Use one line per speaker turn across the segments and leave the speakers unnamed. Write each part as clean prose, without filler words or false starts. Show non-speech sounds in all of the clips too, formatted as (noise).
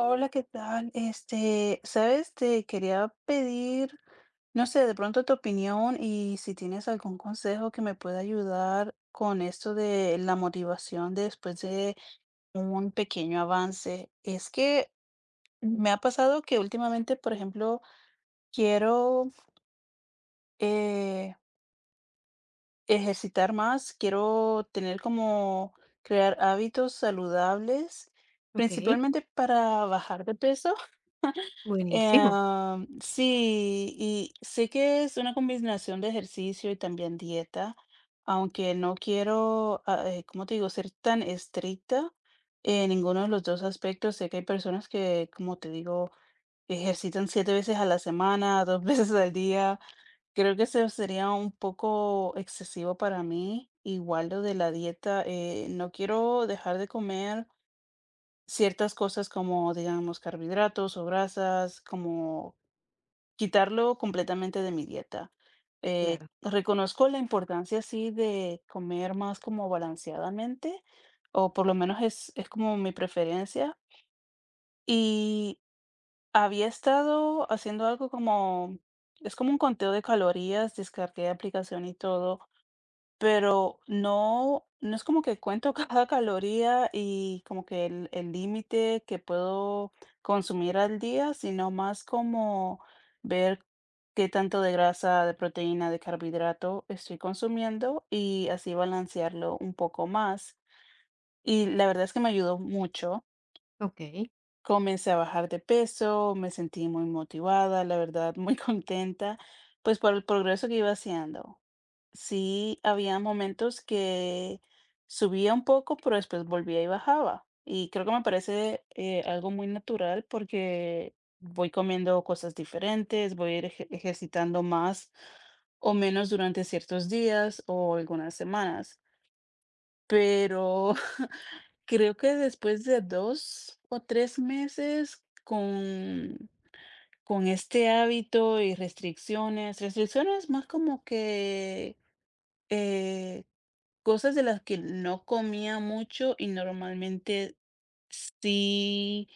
Hola, ¿qué tal? Este, sabes, te quería pedir, no sé, de pronto tu opinión y si tienes algún consejo que me pueda ayudar con esto de la motivación después de un pequeño avance. Es que me ha pasado que últimamente, por ejemplo, quiero eh, ejercitar más, quiero tener como crear hábitos saludables,
Okey,
principalmente para bajar de peso.
buenísimo,
Sí, y sé que es una combinación de ejercicio y también dieta, aunque no quiero, ¿cómo te digo?, ser tan estricta en ninguno de los dos aspectos. Sé que hay personas que, como te digo, ejercitan siete veces a la semana, dos (laughs) veces al día. Creo que eso sería un poco excesivo para mí. Igual lo de la dieta, no quiero dejar de comer ciertas cosas como, digamos, carbohidratos o grasas, como quitarlo completamente de mi dieta. Eh,
claro.
reconozco la importancia, sí, de comer más como balanceadamente, o por lo menos es como mi preferencia. Y había estado haciendo algo como, es como un conteo de calorías, descargué la aplicación y todo, pero no no es como que cuento (laughs) cada caloría y como que el límite que puedo consumir al día, sino más como ver qué tanto de grasa, de proteína, de carbohidrato estoy consumiendo y así balancearlo un poco más. Y la verdad es que me ayudó mucho.
Okey,
Comencé a bajar de peso, me sentí muy motivada, la verdad, muy (laughs) contenta, pues por el progreso que iba haciendo. Sí, había momentos que subía un poco, pero después volvía y bajaba. Y creo que me parece algo muy natural porque voy comiendo cosas diferentes, voy a ir ejercitando más o menos durante ciertos días o algunas semanas. Pero (laughs) creo que después de 2 o 3 meses con este hábito y restricciones más como que eh, cosas de las que no comía mucho y normalmente sí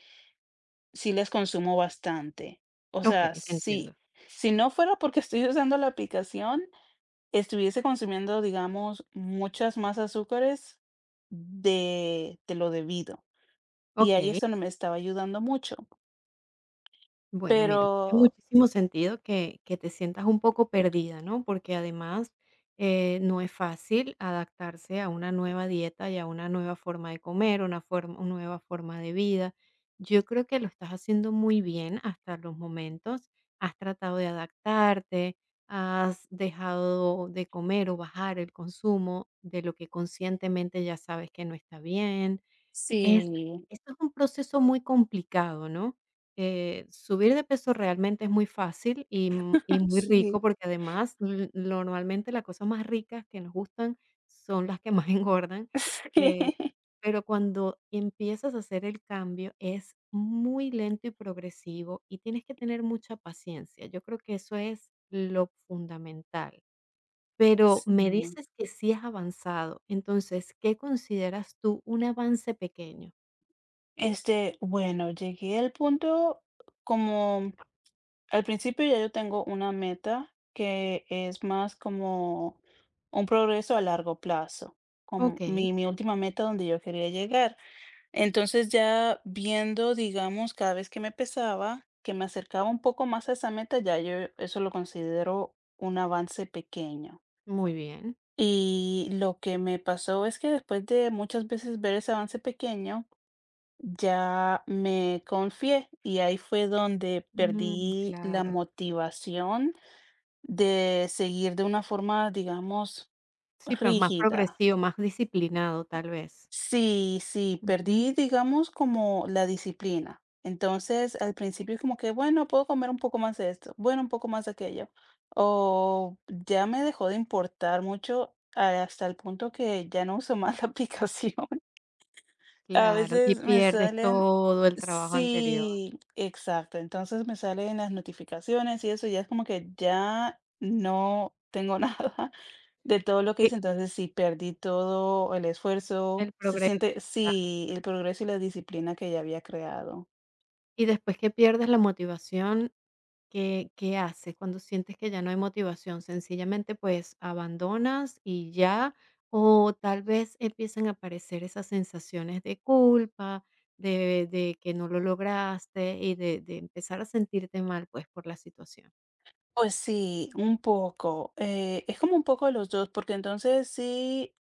sí las consumo bastante. O sea,
okey, te entiendo.
sí, si no fuera porque estoy usando la aplicación, estuviese consumiendo, digamos, muchas más azúcares de lo debido. Y ahí
Ok.
eso no me estaba ayudando mucho.
Bueno, mira, tiene
Pero
muchísimo sentido que, te sientas un poco perdida, ¿no? Porque además no es fácil adaptarse a una nueva dieta y a una nueva forma de comer, una nueva forma de vida. Yo creo que lo estás haciendo muy bien hasta los momentos. Has tratado de adaptarte, has dejado de comer o bajar el consumo de lo que conscientemente ya sabes que no está bien. Es
sí,
Esto es un proceso muy complicado, ¿no? Subir de peso realmente es muy fácil y, m y
(laughs)
muy
sí,
rico, porque además, l normalmente las cosas más ricas que nos gustan son las que más (laughs) engordan.
(laughs) sí,
eh, pero cuando empiezas a hacer el cambio es muy lento y progresivo y tienes que tener mucha paciencia. Yo creo que eso es lo fundamental. Pero
sí.
me dices que sí has avanzado, entonces, ¿qué consideras tú un avance pequeño?
Este, bueno, llegué al punto como al principio ya yo tengo una meta que es más como un progreso a largo plazo, como
Okey,
mi última meta donde yo quería llegar. Entonces ya viendo, digamos, cada vez que me pesaba, que me acercaba un poco más a esa meta, ya yo eso lo considero un avance pequeño.
muy bien.
Y lo que me pasó es que después de muchas veces ver ese avance pequeño, ya me confié y ahí fue donde
Mm,
perdí la
claro.
motivación de seguir de una forma, digamos,
Sí, pero más
rígida.
progresivo, más disciplinado, tal vez.
Sí, sí,
Ujú,
perdí, digamos, como la disciplina. Entonces, al principio como que, bueno, puedo comer un poco más de esto, bueno, un poco más de aquello. O ya me dejó de importar mucho hasta el punto que ya no uso más la aplicación. (laughs) A
claro, y
veces me
pierdes
salen
todo el trabajo anterior,
Sí, exacto. Entonces me salen las notificaciones y eso ya es como que ya no tengo (laughs) nada. De todo lo que
y
hice, entonces sí perdí todo el esfuerzo,
el
se
progreso,
siente
claro.
sí, el progreso y la disciplina que ya había creado.
Y después que pierdes la motivación, ¿qué haces cuando sientes que ya no hay motivación? ¿Sencillamente, pues, abandonas y ya? O tal vez empiezan a aparecer esas sensaciones de culpa, de que no lo lograste y de empezar a sentirte mal, pues, por la situación.
Pues sí, un poco, es como un poco de los 2 porque entonces sí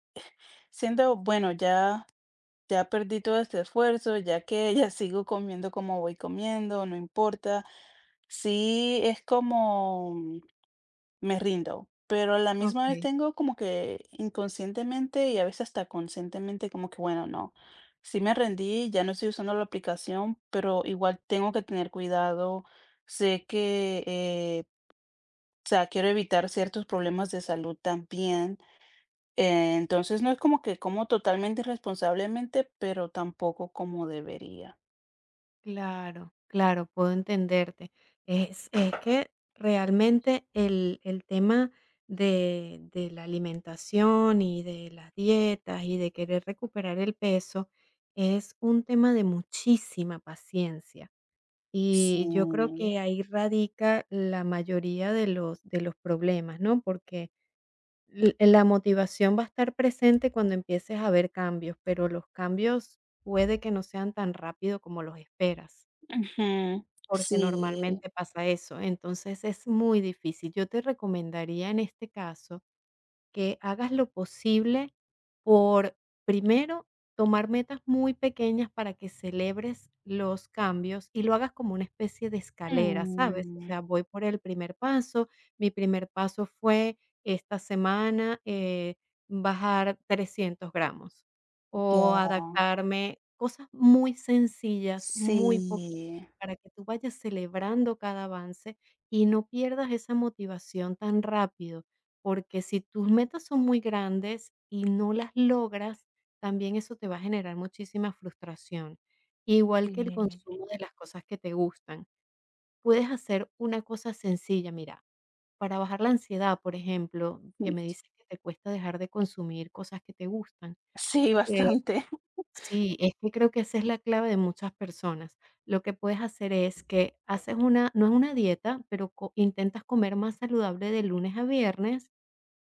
siendo bueno, ya ya perdí todo este esfuerzo, ya que (laughs) ya sigo comiendo como voy comiendo, no importa. Sí, es como me rindo, pero a la misma vez
Ok.
tengo como que inconscientemente y a veces hasta conscientemente como que, bueno, no, sí me rendí, ya no estoy usando la aplicación, pero igual tengo que tener cuidado. Sé que, o sea, quiero evitar ciertos problemas de salud también. Entonces no es como que como totalmente irresponsablemente, pero tampoco como debería.
Claro, claro, puedo entenderte. Es que realmente el tema de la alimentación y de las dietas y de querer recuperar el peso es un tema de muchísima paciencia. Y yo creo
Sí.
que ahí radica la mayoría de los problemas, ¿no? Porque la motivación va a estar presente cuando empieces a ver cambios, pero los cambios puede que no sean tan rápido como los esperas.
Ujú,
Porque
sí.
normalmente pasa eso. Entonces es muy difícil. Yo te recomendaría en este caso que hagas lo posible por, primero, tomar metas muy pequeñas para que celebres los cambios y lo hagas como una especie de escalera, ¿sabes? O
Mm.
sea, voy por el primer paso, mi primer paso fue esta semana bajar 300 gramos o
Ya,
adaptarme, cosas muy sencillas, muy poquitas,
sí.
para que tú vayas celebrando cada avance y no pierdas esa motivación tan rápido. Porque si tus metas son muy grandes y no las logras, también eso te va a generar muchísima frustración. Igual que el
Sí.
consumo de las cosas que te gustan. Puedes hacer una cosa sencilla, mira, para bajar la ansiedad, por ejemplo, que
Mm,
me dices que te cuesta dejar de consumir cosas que te gustan.
sí,
Eh,
bastante. (laughs)
sí, es que creo que esa es la clave de muchas personas. Lo que puedes hacer es que haces una, no es una dieta, pero intentas comer más saludable de lunes a viernes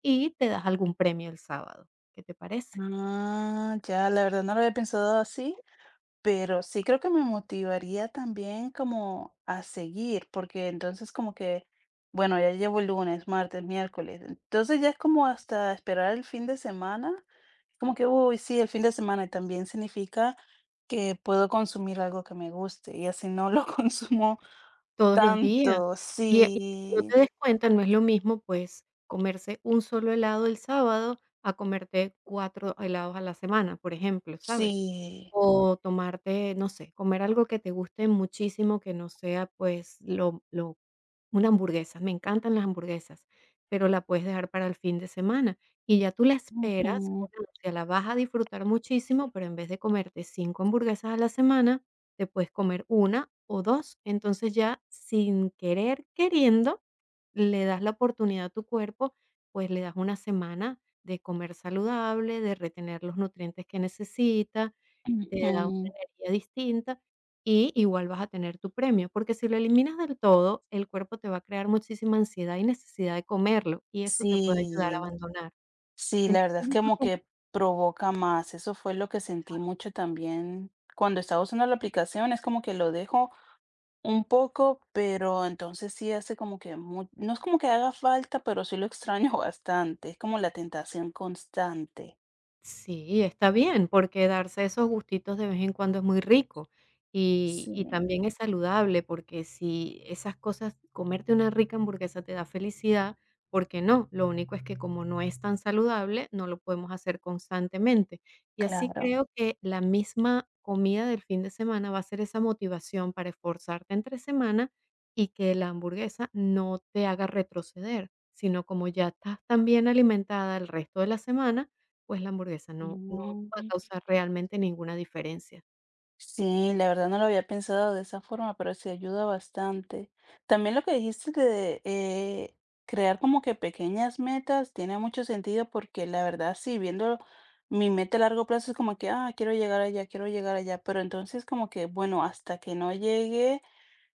y te das algún premio el sábado, ¿qué te parece?
Ah, ya, la verdad no lo había pensado así. Pero sí creo que me motivaría también como a seguir, porque entonces como que, bueno, ya llevo el lunes, martes, miércoles, entonces ya es como hasta esperar el fin de semana, como que, uy, sí, el fin de semana y también significa que puedo consumir algo que me guste y así no lo (laughs) consumo
Todos los días.
tanto.
Y no
Sí,
te des cuenta, no es lo mismo, pues, comerse un solo helado el sábado a comerte 4 helados a la semana, por ejemplo, ¿sabes?
sí,
O tomarte, no sé, comer algo que te guste muchísimo, que no sea, pues, lo una hamburguesa. Me encantan las hamburguesas, pero la puedes dejar para el fin de semana y ya tú la esperas
ujú,
con ansia, la vas a disfrutar muchísimo, pero en vez de comerte 5 hamburguesas a la semana, te puedes comer una o dos. Entonces, ya sin querer queriendo, le das la oportunidad a tu cuerpo, pues le das una semana de comer saludable, de retener los nutrientes que necesita, te da una
ujú,
energía distinta y igual vas a tener tu premio, porque si lo eliminas del todo, el cuerpo te va a crear muchísima ansiedad y necesidad de comerlo, y eso te puede ayudar a
sí.
abandonar.
Sí, la verdad
Entonces,
es
yo
que
creo
como
que
que provoca más. Eso fue lo que sentí mucho también cuando estaba usando la aplicación. Es como que lo dejo un poco, pero entonces sí hace como que no es como que haga falta, pero sí lo extraño (laughs) bastante. Es como la tentación constante.
sí, está bien, porque darse esos gustitos de vez en cuando es muy rico
Sí.
y también es saludable, porque si esas cosas, comerte una rica hamburguesa te da felicidad, ¿por qué no? Lo único es que como no es tan saludable, no lo podemos hacer constantemente. Y así
Claro.
creo que la misma comida del fin de semana va a ser esa motivación para esforzarte entre semana y que la hamburguesa no te haga retroceder, sino como ya estás tan bien alimentada el resto de la semana pues la hamburguesa no
Mm.
va a causar realmente ninguna diferencia.
Sí, la verdad no lo había pensado de esa forma, pero sí ayuda bastante. También lo que dijiste de crear como que pequeñas metas tiene mucho sentido porque la verdad sí, viendo mi meta a largo plazo es como que, quiero llegar allá, pero entonces como que, bueno, hasta que no llegue,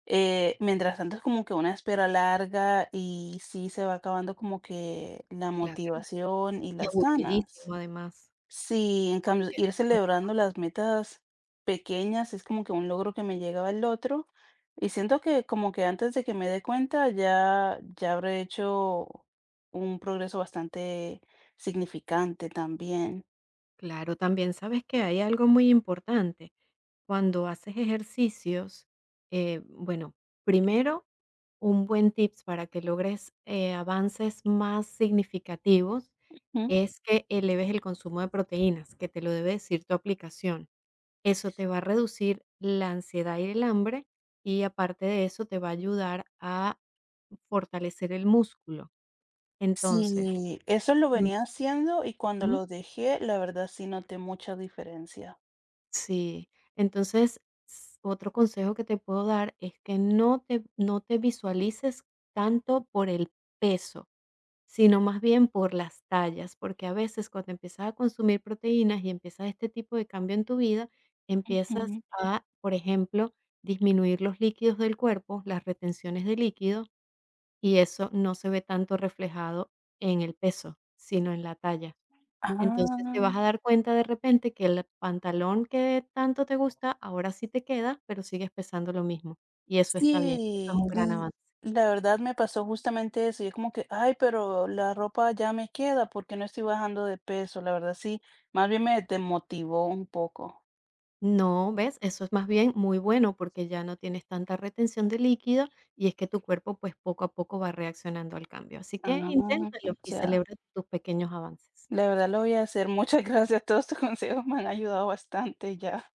mientras tanto es como que una espera larga y sí se va acabando como que la
Claro,
motivación y
y
las ganas.
aburridísimo además.
Sí, en cambio,
Porque
ir
son muy largas.
celebrando las metas pequeñas es como que un logro que me llegaba el otro y siento que como que antes de que me dé cuenta ya, ya habré hecho un progreso bastante significante también.
Claro, también sabes que hay algo muy importante. Cuando haces ejercicios, bueno, primero, un buen tips para que logres, avances más significativos
¿Mm?
es que eleves el consumo de proteínas, que te lo debe decir tu aplicación. Eso te va a reducir la ansiedad y el hambre, y aparte de eso, te va a ayudar a fortalecer el músculo. Entonces
Sí, eso lo venía haciendo y cuando
ujú,
lo dejé, la verdad sí noté mucha diferencia.
sí. Entonces, s otro consejo que te puedo dar es que no te visualices tanto por el peso, sino más bien por las tallas, porque a veces cuando empiezas a consumir proteínas y empiezas este tipo de cambio en tu vida, empiezas
Ujú.
a, por ejemplo, disminuir los líquidos del cuerpo, las retenciones de líquido, y eso no se ve tanto reflejado en el peso, sino en la talla. Entonces, te
Ah.
vas a dar cuenta de repente que el pantalón que tanto te gusta, ahora sí te queda, pero sigues pesando lo mismo. Y eso está bien, eso es
Sí,
un gran
mm,
avance.
la verdad me pasó justamente eso. Yo como que, ay, pero la ropa ya me queda porque no estoy bajando de peso. La verdad sí, más bien me desmotivó un poco.
No, ¿ves? Eso es más bien muy bueno porque ya no tienes tanta retención de líquido y es que tu cuerpo pues poco a poco va reaccionando al cambio. Así que
Ah,
inténtalo y
ya.
celebra tus pequeños avances.
La verdad lo voy a hacer. (laughs) Muchas gracias. Todos tus consejos me han ayudado bastante ya.